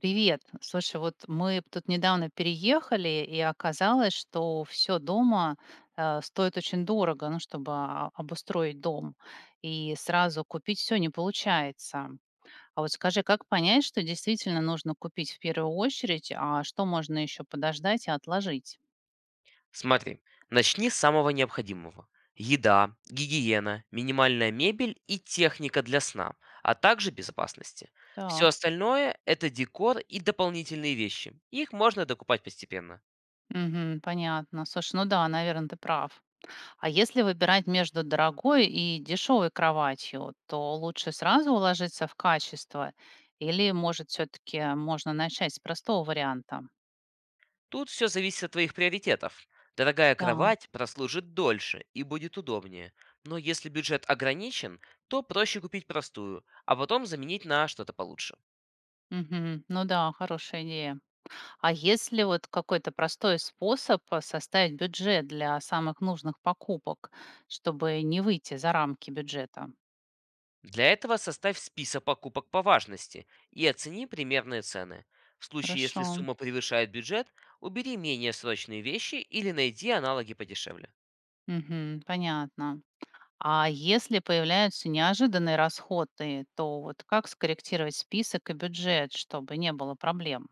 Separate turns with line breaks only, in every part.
Привет. Слушай, вот мы тут недавно переехали, и оказалось, что все дома стоит очень дорого, ну, чтобы обустроить дом. И сразу купить все не получается. А вот скажи, как понять, что действительно нужно купить в первую очередь, а что можно еще подождать и отложить?
Смотри, начни с самого необходимого. Еда, гигиена, минимальная мебель и техника для сна, а также безопасности. Все
Так,
остальное– это декор и дополнительные вещи. Их можно докупать постепенно.
мгм, понятно. Слушай, ну да, наверное, ты прав. А если выбирать между дорогой и дешевой кроватью, то лучше сразу уложиться в качество? Или, может, все-таки можно начать с простого варианта?
Тут все зависит от твоих приоритетов. Дорогая
Да.
кровать прослужит дольше и будет удобнее. Но если бюджет ограничен, то проще купить простую, а потом заменить на что-то получше.
Мгм. Ну да, хорошая идея. А если вот какой-то простой способ составить бюджет для самых нужных покупок, чтобы не выйти за рамки бюджета?
Для этого составь список покупок по важности и оцени примерные цены. В случае, если
Хорошо.
сумма превышает бюджет, убери менее срочные вещи или найди аналоги подешевле.
Мгм. Понятно. А если появляются неожиданные расходы, то вот как скорректировать список и бюджет, чтобы не было проблем?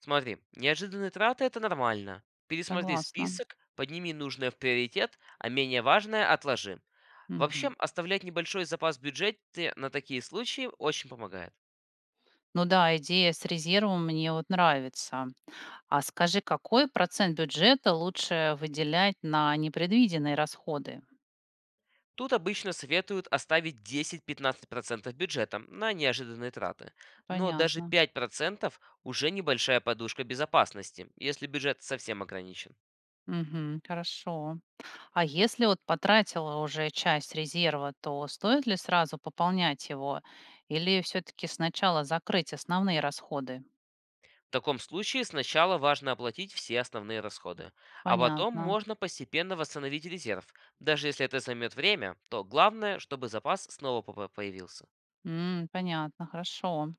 Смотри, неожиданные траты– это нормально. Пересмотри
Согласна.
список, подними нужное в приоритет, а менее важное– отложи. Вообще,
Мгм.
оставлять небольшой запас в бюджете на такие случаи очень помогает.
Ну да, идея с резервом мне вот нравится. А скажи, какой процент бюджета лучше выделять на непредвиденные расходы?
Тут обычно советуют оставить 10-15% бюджета на неожиданные траты. Но даже
Понятно.
5% уже небольшая подушка безопасности, если бюджет совсем ограничен.
Мгм. Хорошо. А если вот потратила уже часть резерва, то стоит ли сразу пополнять его или все-таки сначала закрыть основные расходы?
В таком случае сначала важно оплатить все основные расходы, а потом
Понятно.
можно постепенно восстановить резерв. Даже если это займет время, то главное, чтобы запас снова появился.
М, понятно, хорошо.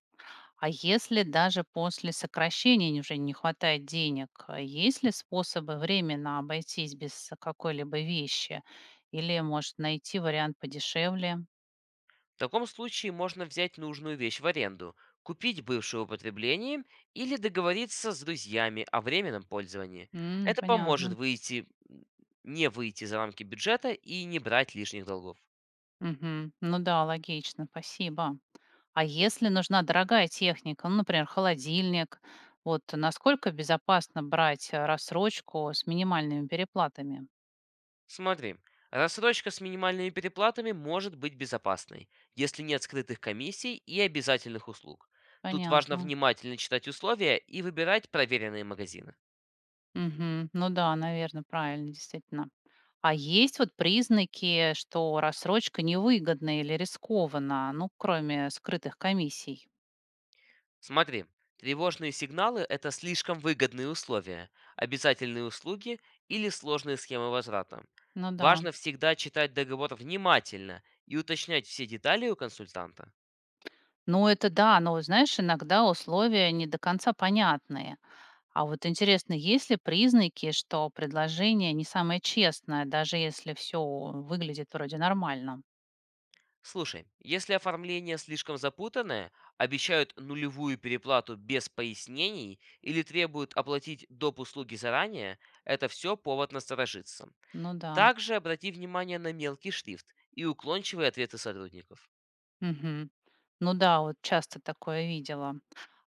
А если даже после сокращения уже не хватает денег, а есть ли способы временно обойтись без какой-либо вещи? Или, может, найти вариант подешевле?
В таком случае можно взять нужную вещь в аренду, купить бывшее употребление или договориться с друзьями о временном пользовании.
М,
Это поможет
понятно.
не выйти за рамки бюджета и не брать лишних долгов.
Мгм. Ну да, логично, спасибо. А если нужна дорогая техника, ну, например, холодильник, вот насколько безопасно брать рассрочку с минимальными переплатами?
Смотри, рассрочка с минимальными переплатами может быть безопасной, если нет скрытых комиссий и обязательных услуг. Тут важно
Понятно.
внимательно читать условия и выбирать проверенные магазины.
Мгм. Ну да, наверное, правильно, действительно. А есть вот признаки, что рассрочка невыгодна или рискована, ну, кроме скрытых комиссий?
Смотри, тревожные сигналы– это слишком выгодные условия, обязательные услуги или сложные схемы возврата.
Ну да.
Важно всегда читать договор внимательно и уточнять все детали у консультанта.
Ну это да, но знаешь, иногда условия не до конца понятные. А вот интересно, есть ли признаки, что предложение не самое честное, даже если все выглядит вроде нормально?
Слушай, если оформление слишком запутанное, обещают нулевую переплату без пояснений или требуют оплатить доп. Услуги заранее, это все повод насторожиться.
Ну да.
Также обрати внимание на мелкий шрифт и уклончивые ответы сотрудников.
Мгм. Ну да, вот часто такое видела.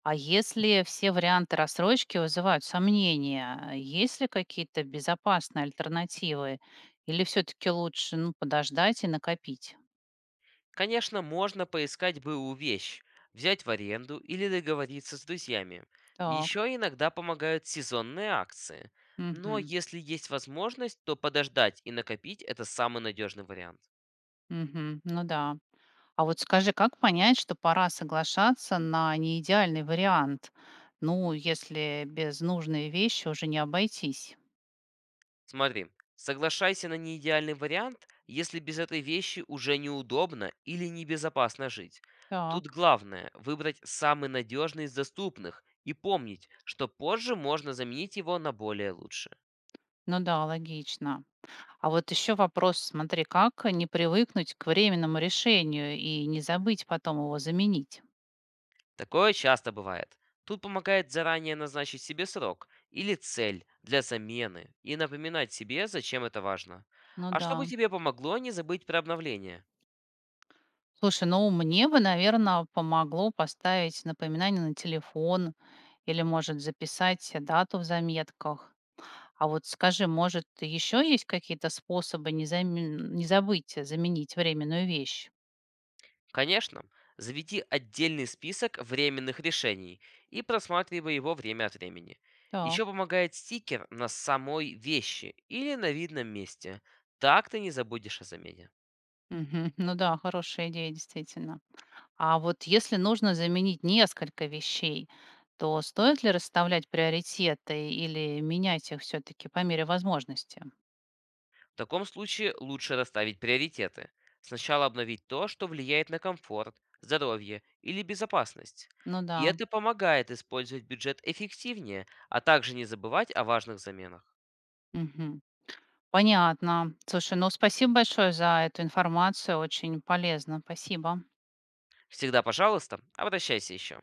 А если все варианты рассрочки вызывают сомнения, а есть ли какие-то безопасные альтернативы? Или все-таки лучше, ну, подождать и накопить?
Конечно, можно поискать былую вещь, взять в аренду или договориться с друзьями.
Так,
Еще иногда помогают сезонные акции. Но
мгм,
если есть возможность, то подождать и накопить– это самый надежный вариант.
мгм, ну да. А вот скажи, как понять, что пора соглашаться на неидеальный вариант? Ну, если без нужной вещи уже не обойтись.
Смотри, соглашайся на неидеальный вариант, если без этой вещи уже неудобно или небезопасно жить. Тут
Так,
главное– выбрать самый надежный из доступных и помнить, что позже можно заменить его на более лучшее.
ну да, логично. А вот еще вопрос, смотри, как не привыкнуть к временному решению и не забыть потом его заменить?
Такое часто бывает. Тут помогает заранее назначить себе срок или цель для замены и напоминать себе, зачем это важно.
Ну
А чтобы
да.
тебе помогло не забыть про обновление?
Слушай, ну мне бы, наверное, помогло поставить напоминание на телефон или, может, записать дату в заметках. А вот скажи, может, еще есть какие-то способы не забыть заменить временную вещь?
Конечно, заведи отдельный список временных решений и просматривай его время от времени.
Так.
Еще помогает стикер на самой вещи или на видном месте. Так ты не забудешь о замене.
Мгм. Ну да, хорошая идея, действительно. А вот если нужно заменить несколько вещей, то стоит ли расставлять приоритеты или менять их все-таки по мере возможности?
В таком случае лучше расставить приоритеты. Сначала обновить то, что влияет на комфорт, здоровье или безопасность.
Ну да.
И это помогает использовать бюджет эффективнее, а также не забывать о важных заменах.
Мгм. Понятно. Слушай, ну спасибо большое за эту информацию, очень полезно. Спасибо.
Всегда, пожалуйста, обращайся еще.